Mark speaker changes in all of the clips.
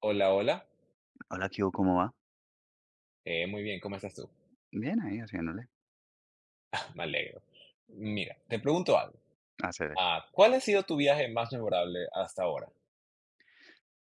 Speaker 1: Hola, hola.
Speaker 2: Hola, ¿qué hubo? ¿Cómo va?
Speaker 1: Muy bien, ¿cómo estás tú?
Speaker 2: Bien, ahí haciéndole.
Speaker 1: Me alegro. Mira, te pregunto algo.
Speaker 2: Hacer.
Speaker 1: Ah, ¿cuál ha sido tu viaje más memorable hasta ahora?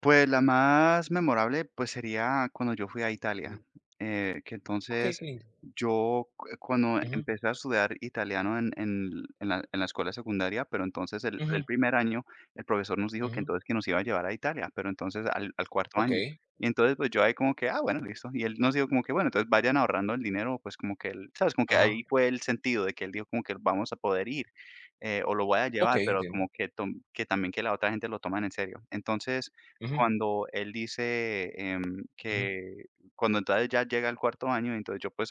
Speaker 2: Pues, la más memorable, pues, sería cuando yo fui a
Speaker 1: Ujú.
Speaker 2: Italia, que
Speaker 1: Ok, qué
Speaker 2: entonces
Speaker 1: lindo.
Speaker 2: yo cu cuando
Speaker 1: Ujú,
Speaker 2: empecé a estudiar italiano en en la escuela secundaria, pero entonces el
Speaker 1: ujú,
Speaker 2: primer año, el profesor nos dijo que
Speaker 1: ujú.
Speaker 2: entonces que nos iba a llevar a Italia, pero entonces al cuarto
Speaker 1: Ok,
Speaker 2: año. Y entonces, pues, yo ahí como que: "Ah, bueno, listo". Y él nos dijo como que: "Bueno, entonces vayan ahorrando el dinero", pues, como que él, ¿sabes? Como que
Speaker 1: ajá.
Speaker 2: ahí fue el sentido de que él dijo como que: "Vamos a poder ir, o lo voy a
Speaker 1: Ok,
Speaker 2: llevar", pero
Speaker 1: entiendo.
Speaker 2: como que tom que también que la otra gente lo toman en serio. Entonces,
Speaker 1: Ujú,
Speaker 2: cuando él dice,
Speaker 1: ujú,
Speaker 2: que cuando entonces ya llega al cuarto año, entonces yo, pues,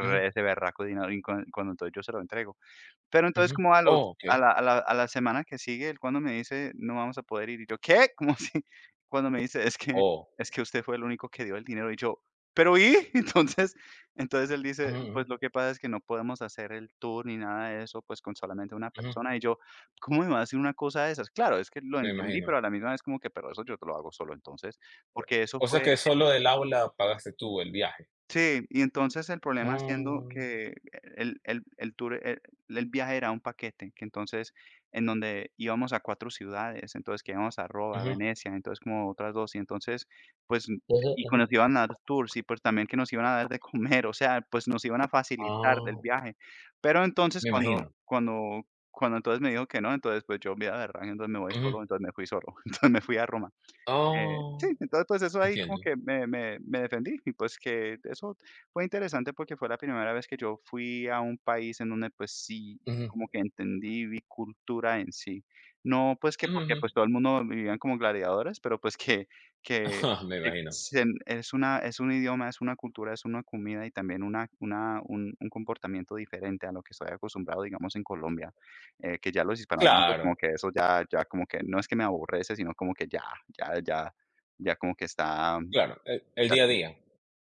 Speaker 1: ujú,
Speaker 2: ese berraco dinero y cuando entonces yo se lo entrego. Pero entonces
Speaker 1: ujú.
Speaker 2: como a los
Speaker 1: Oh, ok.
Speaker 2: a la a la a la semana que sigue, él cuando me dice: "No vamos a poder ir", y yo: "¿Qué?". Como si cuando me dice: "Es que
Speaker 1: Oh.
Speaker 2: es que usted fue el único que dio el dinero", y yo: "¿Pero y?". Entonces él dice:
Speaker 1: Ujú, ujú,
Speaker 2: "Pues lo que pasa es que no podemos hacer el tour ni nada de eso, pues con solamente una
Speaker 1: ujú.
Speaker 2: persona", y yo: "¿Cómo me va a decir una cosa de esas?". Claro, es que lo
Speaker 1: Me
Speaker 2: entendí,
Speaker 1: imagino.
Speaker 2: pero a la misma vez como que, pero eso yo te lo hago solo entonces, porque eso
Speaker 1: O sea
Speaker 2: fue.
Speaker 1: que solo del aula pagaste tú el viaje.
Speaker 2: Sí, y entonces el problema siendo
Speaker 1: Mm,
Speaker 2: que el tour, el viaje era un paquete, que entonces en donde íbamos a 4 ciudades, entonces que íbamos a Roa,
Speaker 1: ujú,
Speaker 2: Venecia, entonces como otras 2 y entonces, pues,
Speaker 1: ujú,
Speaker 2: y que
Speaker 1: ujú.
Speaker 2: nos iban a dar tours y, pues, también que nos iban a dar de comer, o sea, pues, nos iban a facilitar del
Speaker 1: Ah,
Speaker 2: viaje. Pero entonces
Speaker 1: me imagino.
Speaker 2: cuando cuando entonces me dijo que no, entonces, pues, yo, vida berraca, entonces me voy
Speaker 1: Ujú.
Speaker 2: solo, entonces me fui solo, entonces me fui a Roma. Sí,
Speaker 1: Oh,
Speaker 2: entonces, pues, eso ahí como
Speaker 1: entiendo.
Speaker 2: que me defendí y, pues, que eso fue interesante porque fue la primera vez que yo fui a un país en donde, pues, sí,
Speaker 1: Ujú,
Speaker 2: como que entendí, vi cultura en sí. No, pues, que
Speaker 1: ujú,
Speaker 2: porque,
Speaker 1: ujú.
Speaker 2: pues, todo el mundo vivían como gladiadores, pero, pues, que
Speaker 1: Me
Speaker 2: que
Speaker 1: imagino.
Speaker 2: se es una es un idioma, es una cultura, es una comida y también una un comportamiento diferente a lo que estoy acostumbrado, digamos, en Colombia. Que ya los hispanohablantes como
Speaker 1: Claro.
Speaker 2: que eso ya como que no es que me aborrece, sino como que ya ya ya como que está
Speaker 1: Claro, el
Speaker 2: ya
Speaker 1: día a
Speaker 2: se
Speaker 1: día.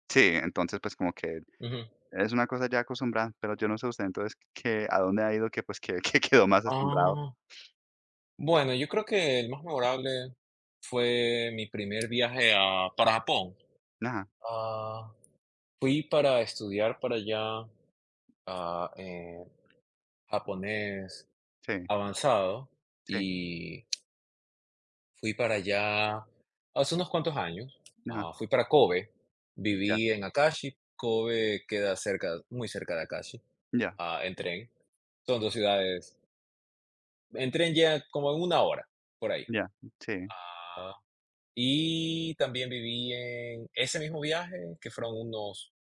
Speaker 2: sí, entonces, pues, como que
Speaker 1: Ujú.
Speaker 2: es una cosa ya acostumbrada, pero yo no sé usted, entonces, ¿que a dónde ha ido que, pues, que que quedó más asombrado?
Speaker 1: Ah, bueno, yo creo que el más memorable fue mi primer viaje a para Japón.
Speaker 2: Nada.
Speaker 1: Ah, fui para estudiar para allá, ah, eh, japonés
Speaker 2: Sí,
Speaker 1: avanzado,
Speaker 2: sí.
Speaker 1: y fui para allá hace unos cuantos años.
Speaker 2: Nada.
Speaker 1: Ah, fui para Kobe,
Speaker 2: Ya,
Speaker 1: viví en Akashi. Kobe queda cerca, muy cerca de Akashi,
Speaker 2: ya,
Speaker 1: en tren. Son 2 ciudades, en tren llega como en una hora, por ahí.
Speaker 2: ya. Sí,
Speaker 1: Y también viví en ese mismo viaje, que fueron unos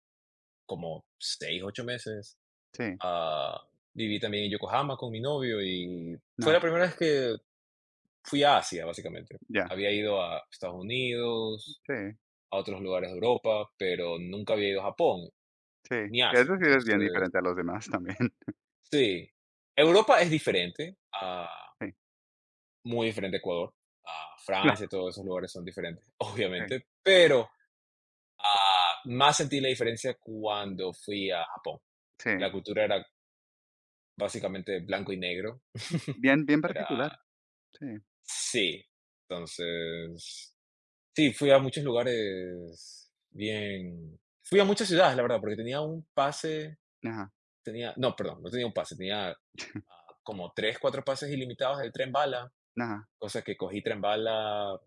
Speaker 1: como 6 8 meses.
Speaker 2: sí.
Speaker 1: ah, Viví también en Yokohama con mi novio y fue
Speaker 2: Nada.
Speaker 1: la primera vez que fui a Asia, básicamente.
Speaker 2: Ya.
Speaker 1: Había ido a Estados Unidos,
Speaker 2: Sí,
Speaker 1: a otros lugares de Europa, pero nunca había ido a Japón
Speaker 2: sí.
Speaker 1: ni
Speaker 2: Que
Speaker 1: Asia.
Speaker 2: eso sí es bien
Speaker 1: Entonces,
Speaker 2: diferente a los demás también.
Speaker 1: sí, Europa es diferente,
Speaker 2: Sí,
Speaker 1: muy diferente a Ecuador, a
Speaker 2: claro,
Speaker 1: Francia, todos esos lugares son diferentes,
Speaker 2: sí,
Speaker 1: obviamente, pero más sentí la diferencia cuando fui a Japón.
Speaker 2: sí.
Speaker 1: La cultura era básicamente blanco y negro.
Speaker 2: Bien bien
Speaker 1: Era
Speaker 2: particular, sí,
Speaker 1: sí. Entonces, sí, fui a muchos lugares bien fui a muchas ciudades, la verdad, porque tenía un pase,
Speaker 2: ajá,
Speaker 1: tenía no, perdón, no tenía un pase, tenía, como 3, 4 pases ilimitados del tren bala,
Speaker 2: ajá,
Speaker 1: cosa que cogí tren bala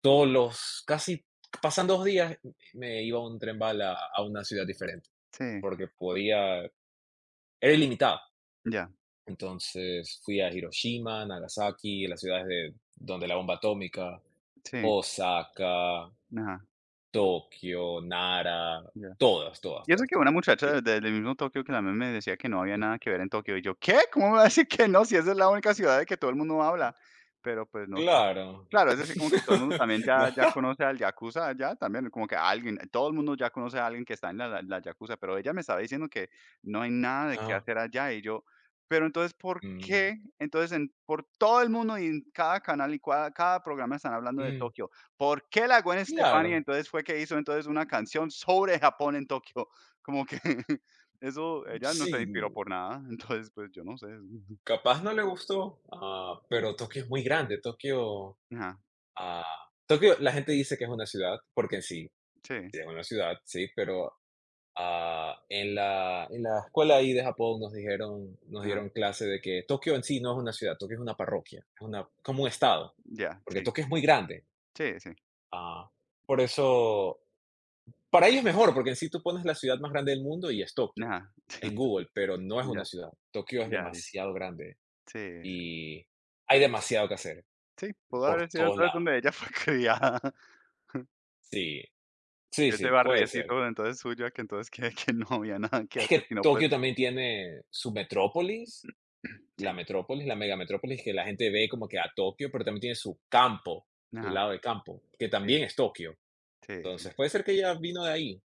Speaker 1: todos los casi pasando 2 días me iba a un tren bala a una ciudad diferente,
Speaker 2: sí,
Speaker 1: porque podía era ilimitado.
Speaker 2: ya,
Speaker 1: Entonces fui a Hiroshima, Nagasaki, las ciudades donde la bomba atómica,
Speaker 2: sí,
Speaker 1: Osaka,
Speaker 2: ajá.
Speaker 1: Tokio, Nara,
Speaker 2: Ya.
Speaker 1: todas, todas,
Speaker 2: Y eso
Speaker 1: todas,
Speaker 2: que
Speaker 1: todas.
Speaker 2: una
Speaker 1: Y-
Speaker 2: muchacha del mismo Tokio que también me decía que no había
Speaker 1: mm,
Speaker 2: nada que ver en Tokio. Y yo, ¿qué? ¿Cómo me va a decir que no? Si esa es la única ciudad de que todo el mundo habla. Pero pues no sé.
Speaker 1: claro.
Speaker 2: Claro, es decir, como que todo el mundo también
Speaker 1: No,
Speaker 2: ya conoce al Yakuza, ya también, como que alguien, todo el mundo ya conoce a alguien que está en la Yakuza, pero ella me estaba diciendo que no hay nada de qué
Speaker 1: Ah,
Speaker 2: hacer allá. Y yo, pero entonces, ¿por
Speaker 1: mm,
Speaker 2: qué? Entonces, por todo el mundo y en cada canal y cada programa están hablando de
Speaker 1: mm,
Speaker 2: Tokio. ¿Por qué la Gwen Stefani
Speaker 1: claro,
Speaker 2: entonces fue que hizo entonces una canción sobre Japón en Tokio? Como que eso ella no se inspiró
Speaker 1: sí,
Speaker 2: por nada, entonces, pues, yo no sé.
Speaker 1: capaz no le gustó, pero Tokio es muy grande. Tokio,
Speaker 2: Ajá,
Speaker 1: ah, Tokio, la gente dice que es una ciudad, porque en sí,
Speaker 2: sí,
Speaker 1: sí es una ciudad, sí, pero en la escuela ahí de Japón nos dijeron, nos
Speaker 2: ajá,
Speaker 1: dieron clase de que Tokio en sí no es una ciudad, Tokio es una parroquia, es una, como un estado,
Speaker 2: ya,
Speaker 1: porque
Speaker 2: sí,
Speaker 1: Tokio es muy grande.
Speaker 2: sí, sí,
Speaker 1: Ah, por eso, para ellos es mejor, porque en sí tú pones la ciudad más grande del mundo y es Tokio
Speaker 2: ajá, sí,
Speaker 1: en Google, pero no es una
Speaker 2: ya,
Speaker 1: ciudad. Tokio es
Speaker 2: ya, di
Speaker 1: demasiado grande
Speaker 2: sí, sí,
Speaker 1: y hay demasiado que hacer
Speaker 2: sí, pudo
Speaker 1: por
Speaker 2: haber sido
Speaker 1: todos
Speaker 2: entonces
Speaker 1: lados.
Speaker 2: donde ella fue criada,
Speaker 1: Sí, sí,
Speaker 2: ese
Speaker 1: sí, puede ser.
Speaker 2: barriecito entonces suyo, que entonces que no había nada que
Speaker 1: Es
Speaker 2: hacer,
Speaker 1: que
Speaker 2: sino, pues,
Speaker 1: Tokio también tiene su
Speaker 2: sí,
Speaker 1: metrópolis, la megametrópolis que la gente ve como que a Tokio, pero también tiene su campo, su
Speaker 2: ajá,
Speaker 1: lado de campo, que
Speaker 2: sí,
Speaker 1: también es Tokio.
Speaker 2: sí, sí.
Speaker 1: Entonces, puede ser que ella vino de ahí.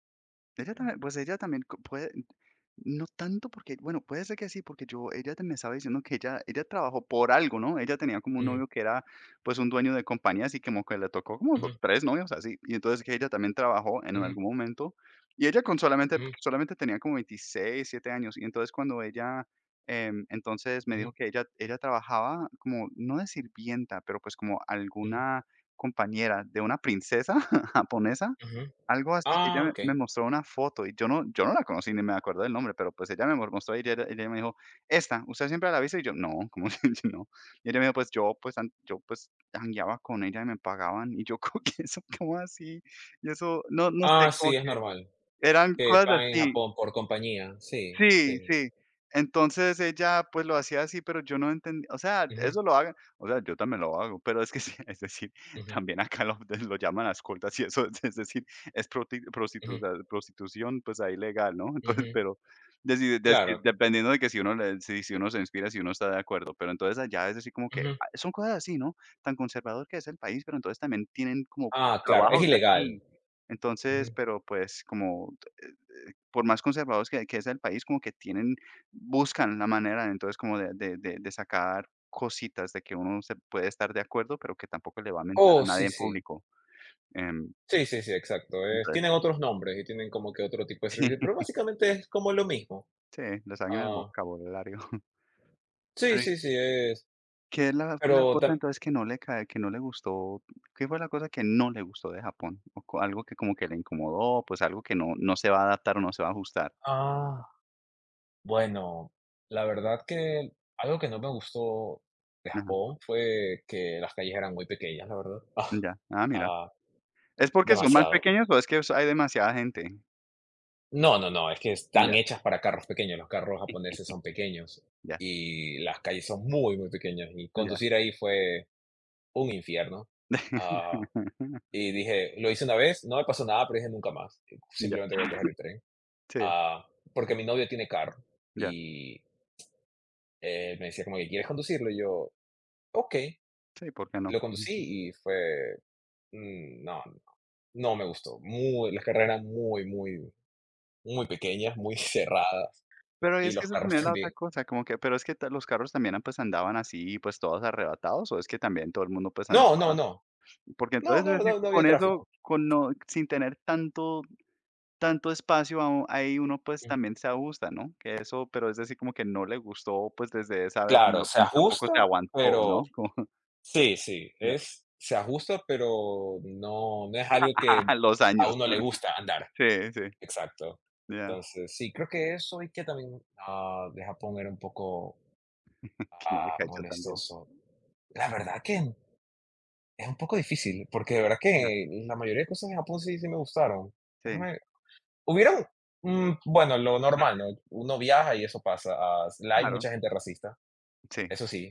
Speaker 2: Ella también, pues ella también puede, no tanto porque, bueno, puede ser que sí, porque yo, ella me estaba diciendo que ella trabajó por algo, ¿no? Ella tenía como un
Speaker 1: Mm,
Speaker 2: novio que era pues un dueño de compañía, así como que le tocó como
Speaker 1: ujú,
Speaker 2: tres novios así, y entonces que ella también trabajó en
Speaker 1: ujú,
Speaker 2: algún momento, y ella con solamente,
Speaker 1: ujú,
Speaker 2: solamente tenía como 26 7 años, y entonces cuando ella, entonces me dijo
Speaker 1: ujú,
Speaker 2: que ella trabajaba como, no de sirvienta, pero pues como
Speaker 1: ujú,
Speaker 2: alguna compañera de una princesa japonesa,
Speaker 1: ujú.
Speaker 2: algo así que ella
Speaker 1: Ah,
Speaker 2: me
Speaker 1: okey.
Speaker 2: mostró una foto y yo no la conocí ni me acuerdo del nombre, pero, pues, ella me mo mostró y ella me dijo: "Esta, ¿usted siempre la viste?". Y yo: "No, ¿cómo que no?". Y ella me dijo: "Pues yo, pues, an yo, pues, jangueaba con ella y me pagaban". Y yo como que: "¿Eso cómo así?". Y eso, no
Speaker 1: Ah,
Speaker 2: sé, como
Speaker 1: sí, es
Speaker 2: que
Speaker 1: normal
Speaker 2: eran
Speaker 1: que
Speaker 2: cosas
Speaker 1: paguen en
Speaker 2: así.
Speaker 1: Japón por compañía. Sí,
Speaker 2: Sí,
Speaker 1: sí.
Speaker 2: sí. Entonces ella, pues, lo hacía así, pero yo no entendí, o sea,
Speaker 1: Ujú,
Speaker 2: eso lo hagan, o sea, yo también lo hago, pero es que sí, es decir,
Speaker 1: ujú,
Speaker 2: también acá lo llaman las escoltas y eso, es decir, es proti
Speaker 1: ujú,
Speaker 2: prostituza prostitución, pues, ahí legal, ¿no? Entonces,
Speaker 1: ujú.
Speaker 2: pero deci deci
Speaker 1: Claro.
Speaker 2: dependiendo de que si uno se inspira, si uno está de acuerdo, pero entonces allá es decir, como que,
Speaker 1: Ujú.
Speaker 2: son cosas así, ¿no? Tan conservador que es el país, pero entonces también tienen como
Speaker 1: Ah, claro, es
Speaker 2: trabajos
Speaker 1: ilegal.
Speaker 2: así. Entonces,
Speaker 1: Ujú.
Speaker 2: pero, pues, como por más conservadores que sea el país, como que tienen buscan la manera, entonces, como de sacar cositas de que uno se puede estar de acuerdo, pero que tampoco le va a mentar a
Speaker 1: Oh,
Speaker 2: nadie
Speaker 1: sí,
Speaker 2: en
Speaker 1: sí.
Speaker 2: público, em,
Speaker 1: Sí, sí, sí, exacto. Es tienen
Speaker 2: entonces,
Speaker 1: otros nombres y tienen como que otro tipo de servicio,
Speaker 2: sí,
Speaker 1: pero básicamente es como lo mismo.
Speaker 2: sí, le sacan el
Speaker 1: Ah.
Speaker 2: vocabulario.
Speaker 1: Sí,
Speaker 2: Pero, ¿y
Speaker 1: sí, sí, es
Speaker 2: qué es la fue la
Speaker 1: pero
Speaker 2: cosa
Speaker 1: tam
Speaker 2: entonces que no le gustó? ¿Qué fue la cosa que no le gustó de Japón? O co algo que como que le incomodó, pues, algo que no se va a adaptar o no se va a ajustar.
Speaker 1: ah, bueno, la verdad que algo que no me gustó de
Speaker 2: Ajá,
Speaker 1: Japón fue que las calles eran muy pequeñas, la verdad.
Speaker 2: ya. Ah, mira.
Speaker 1: Ah, ah,
Speaker 2: ¿Es porque son más
Speaker 1: demasiado.
Speaker 2: pequeños o es que hay demasiada gente?
Speaker 1: No, no, no, es que están
Speaker 2: Ya,
Speaker 1: hechas para carros pequeños, los carros japoneses son pequeños
Speaker 2: ya,
Speaker 1: y las calles son muy, muy pequeñas, y
Speaker 2: ya.
Speaker 1: conducir ahí fue un infierno. Ah, y dije, lo hice una vez, no me pasó nada, pero dije nunca más,
Speaker 2: Ya,
Speaker 1: simplemente voy a coger el tren.
Speaker 2: sí,
Speaker 1: Ah, porque mi novio tiene carro
Speaker 2: ya,
Speaker 1: y me decía como que, ¿quieres conducirlo? Y yo, ok,
Speaker 2: sí, ¿por qué no?
Speaker 1: lo conducí y fue, mm, no, no me gustó. Las carreras muy, muy, muy pequeñas, muy cerradas
Speaker 2: Pero
Speaker 1: y
Speaker 2: es que
Speaker 1: los
Speaker 2: eso
Speaker 1: carros
Speaker 2: también es la otra
Speaker 1: también.
Speaker 2: cosa, como que, pero es que ta los carros también, pues, andaban así, pues, todos arrebatados, o es que también todo el mundo, pues, andaba
Speaker 1: No, no, no,
Speaker 2: porque
Speaker 1: no,
Speaker 2: entonces, es
Speaker 1: no,
Speaker 2: decir,
Speaker 1: no, no había
Speaker 2: con eso,
Speaker 1: tráfico.
Speaker 2: con no sin tener tanto espacio, a ahí uno, pues,
Speaker 1: Mm,
Speaker 2: también se ajusta, ¿no? Que eso, pero es decir, como que no le gustó, pues, desde esa vez y
Speaker 1: claro,
Speaker 2: no
Speaker 1: se
Speaker 2: tampoco
Speaker 1: ajusta,
Speaker 2: se aguantó,
Speaker 1: pero
Speaker 2: ¿no? Como
Speaker 1: sí, sí,
Speaker 2: ya,
Speaker 1: se ajusta, pero no, no es algo que
Speaker 2: los
Speaker 1: a
Speaker 2: años.
Speaker 1: uno le gusta andar.
Speaker 2: Sí, sí,
Speaker 1: Exacto.
Speaker 2: ya,
Speaker 1: Entonces, sí, creo que eso y que también deja poner un poco
Speaker 2: que no le cayó tan bien.
Speaker 1: Molestoso. La verdad que es un poco difícil, porque de verdad
Speaker 2: Ah,
Speaker 1: que la mayoría de cosas en Japón sí, sí me gustaron.
Speaker 2: sí,
Speaker 1: Déjame, hubieron, bueno, lo normal, ¿no? Uno viaja y eso pasa. Ah, la Hay
Speaker 2: claro,
Speaker 1: mucha gente racista,
Speaker 2: sí,
Speaker 1: eso sí,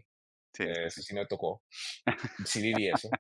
Speaker 2: sí, sí, sí.
Speaker 1: eso sí me tocó. Sí viví eso,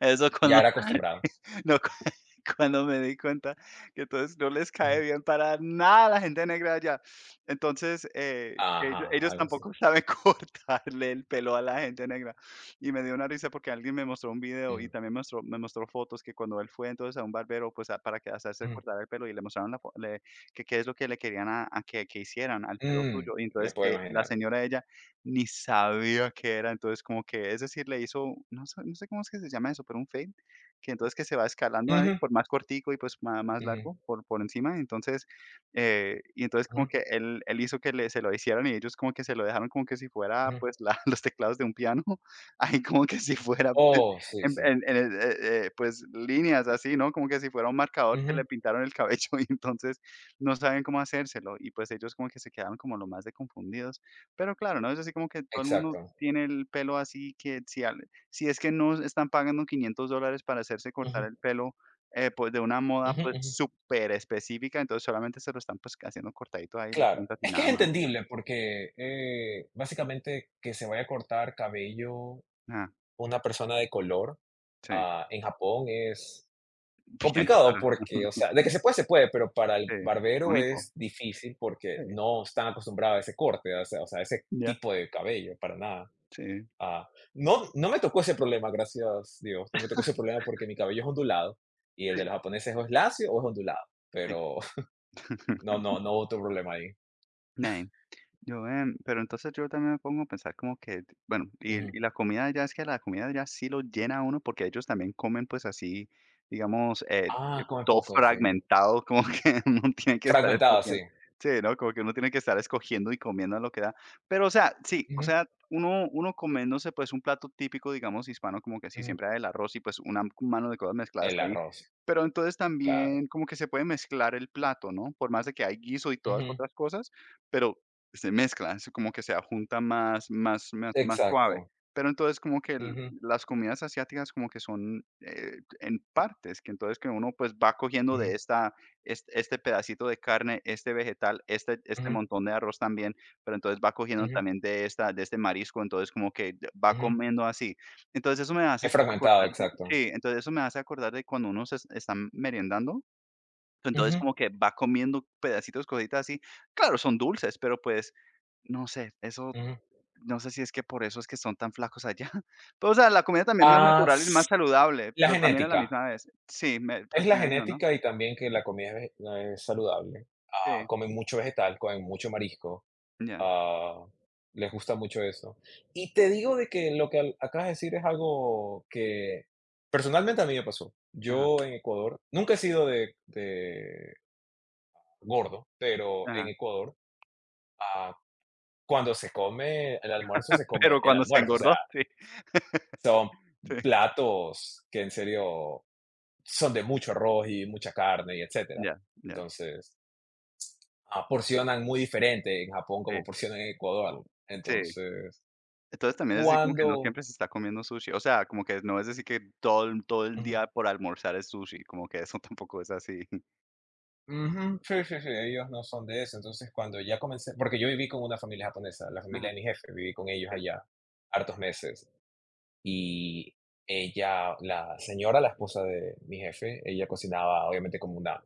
Speaker 2: Eso
Speaker 1: ya
Speaker 2: cuando
Speaker 1: era acostumbrado.
Speaker 2: no, cu cuando me di cuenta que entonces no les cae
Speaker 1: Ujú.
Speaker 2: bien para nada la gente negra allá. Entonces, ellos
Speaker 1: Ajá,
Speaker 2: ellos
Speaker 1: algo así.
Speaker 2: tampoco saben cortarle el pelo a la gente negra. Y me dio una risa porque alguien me mostró un video y
Speaker 1: Mm,
Speaker 2: también mostró me mostró fotos que cuando él fue entonces a un barbero, pues, a para que hacerse
Speaker 1: mm,
Speaker 2: cortar el pelo y le mostraron la fo le que qué es lo que le querían a que hicieran al pelo
Speaker 1: mm,
Speaker 2: suyo. Y
Speaker 1: me
Speaker 2: entonces
Speaker 1: puedo
Speaker 2: que la
Speaker 1: imaginar.
Speaker 2: señora ella ni sabía qué era, entonces como que, es decir, le hizo, no sé cómo es que se llama eso, pero un fade que entonces que se va escalando ahí
Speaker 1: Ujú,
Speaker 2: por más cortico y pues ma más largo
Speaker 1: ujú,
Speaker 2: por encima, entonces, y entonces
Speaker 1: ujú,
Speaker 2: como que él hizo que le se lo hicieran y ellos como que se lo dejaron como que si fuera,
Speaker 1: ujú.
Speaker 2: pues, la los teclados de un piano, ahí como que si fuera, pues,
Speaker 1: Oh, sí,
Speaker 2: en
Speaker 1: sí.
Speaker 2: en en pues, líneas así, ¿no? Como que si fuera un marcador que
Speaker 1: Ujú,
Speaker 2: le pintaron el cabello y entonces no saben cómo hacérselo y, pues, ellos como que se quedaron como lo más de confundidos, pero claro, ¿no? Es así como que todo el mundo
Speaker 1: exacto.
Speaker 2: tiene el pelo así que si es que no están pagando $500 para hacerse cortar
Speaker 1: Ujú,
Speaker 2: el pelo, pues, de una moda,
Speaker 1: ujú,
Speaker 2: pues,
Speaker 1: ujú.
Speaker 2: súper específica, entonces solamente se lo están, pues, haciendo cortadito ahí las
Speaker 1: Claro,
Speaker 2: puntas y
Speaker 1: es que
Speaker 2: nada
Speaker 1: es
Speaker 2: más.
Speaker 1: entendible porque, básicamente que se vaya a cortar cabello
Speaker 2: Ah,
Speaker 1: una persona de color,
Speaker 2: sí,
Speaker 1: ah, en Japón es
Speaker 2: bien
Speaker 1: complicado
Speaker 2: rara,
Speaker 1: porque, o sea, de que se puede, pero para el
Speaker 2: sí, es
Speaker 1: barbero
Speaker 2: único.
Speaker 1: es difícil porque
Speaker 2: Sí,
Speaker 1: no están acostumbrados a ese corte, o sea, a ese
Speaker 2: ya,
Speaker 1: tipo de cabello, para nada.
Speaker 2: sí,
Speaker 1: Ah, no me tocó ese problema, gracias Dios, no me tocó ese problema porque mi cabello es ondulado y el de
Speaker 2: sí,
Speaker 1: los japoneses o es lacio o es ondulado,
Speaker 2: sí.
Speaker 1: pero no no no hubo otro problema ahí.
Speaker 2: Nein. Yo, pero entonces yo también me pongo a pensar como que, bueno, y la comida ya, es que la comida ya sí lo llena a uno, porque ellos también comen, pues, así, digamos,
Speaker 1: Ah, come
Speaker 2: todo
Speaker 1: poco, sí.
Speaker 2: fragmentado, como que uno tiene que estar
Speaker 1: Fragmentado,
Speaker 2: escogiendo.
Speaker 1: sí.
Speaker 2: Sí, ¿no? Como que uno tiene que estar escogiendo y comiendo lo que da. Pero, o sea, sí, o
Speaker 1: Ujú,
Speaker 2: sea, uno comiéndose, pues, un plato típico, digamos, hispano, como que sí,
Speaker 1: ujú.
Speaker 2: siempre hay el arroz y, pues, una mano de cosas mezcladas
Speaker 1: El
Speaker 2: ahí.
Speaker 1: arroz,
Speaker 2: Pero entonces
Speaker 1: claro.
Speaker 2: también como que se puede mezclar el plato, ¿no? Por más de que hay guiso y todas
Speaker 1: Ujú,
Speaker 2: otras cosas, pero se mezcla, es como que se junta más suave.
Speaker 1: exacto.
Speaker 2: Pero entonces como que el
Speaker 1: Ujú,
Speaker 2: las comidas asiáticas como que son, en partes, que entonces que uno, pues, va cogiendo de
Speaker 1: ujú,
Speaker 2: esta es este pedacito de carne, este vegetal, este
Speaker 1: ujú,
Speaker 2: montón de arroz también, pero entonces va cogiendo
Speaker 1: ujú,
Speaker 2: también de esta de este marisco, entonces como que va
Speaker 1: ujú.
Speaker 2: comiendo así. Entonces eso me hace
Speaker 1: Es fragmentado,
Speaker 2: acordar de
Speaker 1: exacto.
Speaker 2: sí, entonces eso me hace acordar de cuando uno está merendando, entonces
Speaker 1: Ujú,
Speaker 2: como que va comiendo pedacitos, cositas así. Claro, son dulces, pero, pues, no sé, eso,
Speaker 1: ujú.
Speaker 2: no sé si es que por eso es que son tan flacos allá. Pero, o sea, la comida también más
Speaker 1: Ah,
Speaker 2: natural
Speaker 1: s
Speaker 2: y más saludable,
Speaker 1: la
Speaker 2: pero también a la
Speaker 1: genética.
Speaker 2: misma vez. Sí, me, pues,
Speaker 1: Es la
Speaker 2: me imagino, ¿no?
Speaker 1: genética y también que la comida es vege no es saludable. Ah,
Speaker 2: Sí,
Speaker 1: comen mucho vegetal, comen mucho marisco,
Speaker 2: ya,
Speaker 1: Ah, les gusta mucho eso. Y te digo de que lo que acabas de decir es algo que personalmente a mí me pasó.
Speaker 2: ajá,
Speaker 1: Yo en Ecuador, nunca he sido de gordo, pero en
Speaker 2: ajá.
Speaker 1: Ecuador, ah, cuando se come el almuerzo, se come
Speaker 2: Pero
Speaker 1: el
Speaker 2: cuando se
Speaker 1: almuerzo. O sea,
Speaker 2: engordó, sí,
Speaker 1: son
Speaker 2: sí.
Speaker 1: platos que en serio son de mucho arroz y mucha carne y etcétera.
Speaker 2: Ya, ya,
Speaker 1: Entonces, porcionan muy diferente en Japón como
Speaker 2: sí,
Speaker 1: porcionan en Ecuador.
Speaker 2: sí.
Speaker 1: Entonces,
Speaker 2: Entonces, también es así como que no
Speaker 1: cuando.
Speaker 2: siempre se está comiendo sushi. O sea, como que no es decir que todo el día por almorzar es sushi, como que eso tampoco es así.
Speaker 1: Ujú, sí, sí, sí, ellos no son de eso. Entonces, cuando ya comencé, porque yo viví con una familia japonesa, la familia
Speaker 2: no,
Speaker 1: de mi jefe, viví con ellos
Speaker 2: sí,
Speaker 1: allá hartos meses. Y ella, la señora, la esposa de mi jefe, ella cocinaba obviamente como una,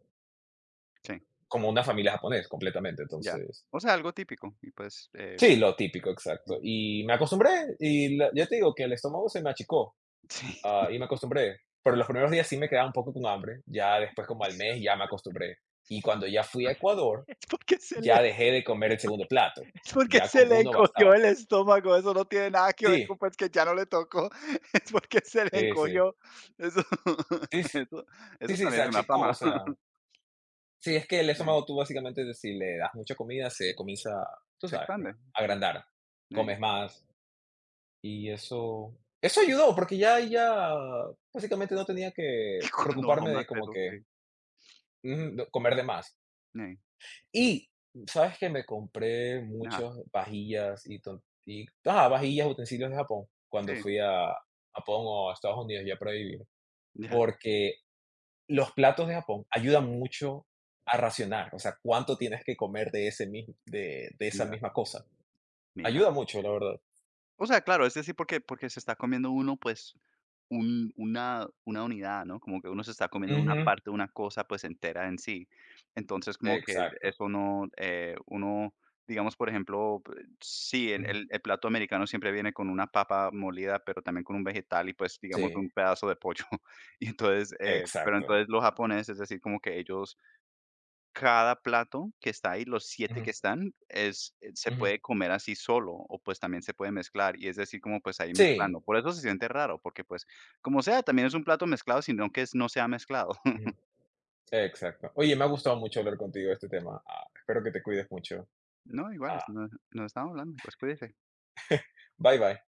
Speaker 2: sí,
Speaker 1: como una familia japonesa completamente.
Speaker 2: ya.
Speaker 1: Entonces,
Speaker 2: O sea, algo típico y, pues,
Speaker 1: sí, lo típico, exacto.
Speaker 2: sí,
Speaker 1: Y me acostumbré, y ya te digo que el estómago se me achicó, y me acostumbré. Pero los primeros días sí me quedaba un poco con hambre, ya después como al mes ya me acostumbré. Y cuando ya fui a Ecuador,
Speaker 2: es porque se le
Speaker 1: ya dejé de comer el segundo plato,
Speaker 2: es porque
Speaker 1: ya con
Speaker 2: se le
Speaker 1: uno
Speaker 2: encogió
Speaker 1: bastaba.
Speaker 2: el estómago, eso no tiene nada que
Speaker 1: Sí,
Speaker 2: ver con, pues, que ya no le tocó, es porque se le
Speaker 1: sí, sí,
Speaker 2: encogió. Eso
Speaker 1: sí, s
Speaker 2: eso
Speaker 1: sí,
Speaker 2: eso
Speaker 1: sí, se
Speaker 2: también es una
Speaker 1: achicó, o
Speaker 2: fama.
Speaker 1: sea, sí, es que el
Speaker 2: Sí,
Speaker 1: estómago tú básicamente si le das mucha comida se comienza, tú
Speaker 2: se
Speaker 1: sabes, pues, a
Speaker 2: expande, sí,
Speaker 1: agrandar,
Speaker 2: sí.
Speaker 1: comes más y eso ayudó, porque ya básicamente no tenía que
Speaker 2: Y cuando bajó
Speaker 1: preocuparme de
Speaker 2: más
Speaker 1: como
Speaker 2: peso,
Speaker 1: que,
Speaker 2: sí,
Speaker 1: ujú, no- comer de más.
Speaker 2: sí,
Speaker 1: Y, ¿sabes qué? Me compré
Speaker 2: ajá,
Speaker 1: muchas vajillas y ajá, vajillas, utensilios de Japón, cuando
Speaker 2: sí,
Speaker 1: fui a Japón o a Estados Unidos ya para vivir,
Speaker 2: ya,
Speaker 1: porque los platos de Japón ayudan mucho a racionar, o sea, cuánto tienes que comer de ese mismo de esa
Speaker 2: ya,
Speaker 1: misma cosa.
Speaker 2: mira.
Speaker 1: Ayuda mucho, la verdad.
Speaker 2: O sea, claro, es decir, porque se está comiendo uno, pues, un una unidad, ¿no? Como que uno se está comiendo una
Speaker 1: Ujú,
Speaker 2: parte, una cosa, pues, entera en sí. Entonces, como que
Speaker 1: exacto.
Speaker 2: eso no, uno, digamos, por ejemplo, p sí, el
Speaker 1: Ujú.
Speaker 2: el plato americano siempre viene con una papa molida, pero también con un vegetal y, pues, digamos,
Speaker 1: Sí,
Speaker 2: un pedazo de pollo. Y entonces, pero
Speaker 1: exacto.
Speaker 2: entonces los japoneses, es decir, como que ellos cada plato que está ahí, los siete
Speaker 1: Ujú,
Speaker 2: que están, es, se
Speaker 1: ujú.
Speaker 2: puede comer así solo, o, pues, también se puede mezclar, y es decir, como, pues, ahí
Speaker 1: Sí,
Speaker 2: mezclando. Por eso se siente raro, porque, pues, como sea, también es un plato mezclado, sino que es no sea mezclado.
Speaker 1: ujú, exacto. Oye, me ha gustado mucho hablar contigo de este tema. Ah, espero que te cuides mucho.
Speaker 2: No, igual,
Speaker 1: Ah,
Speaker 2: no nos estamos hablando, pues, cuídese.
Speaker 1: bye, bye.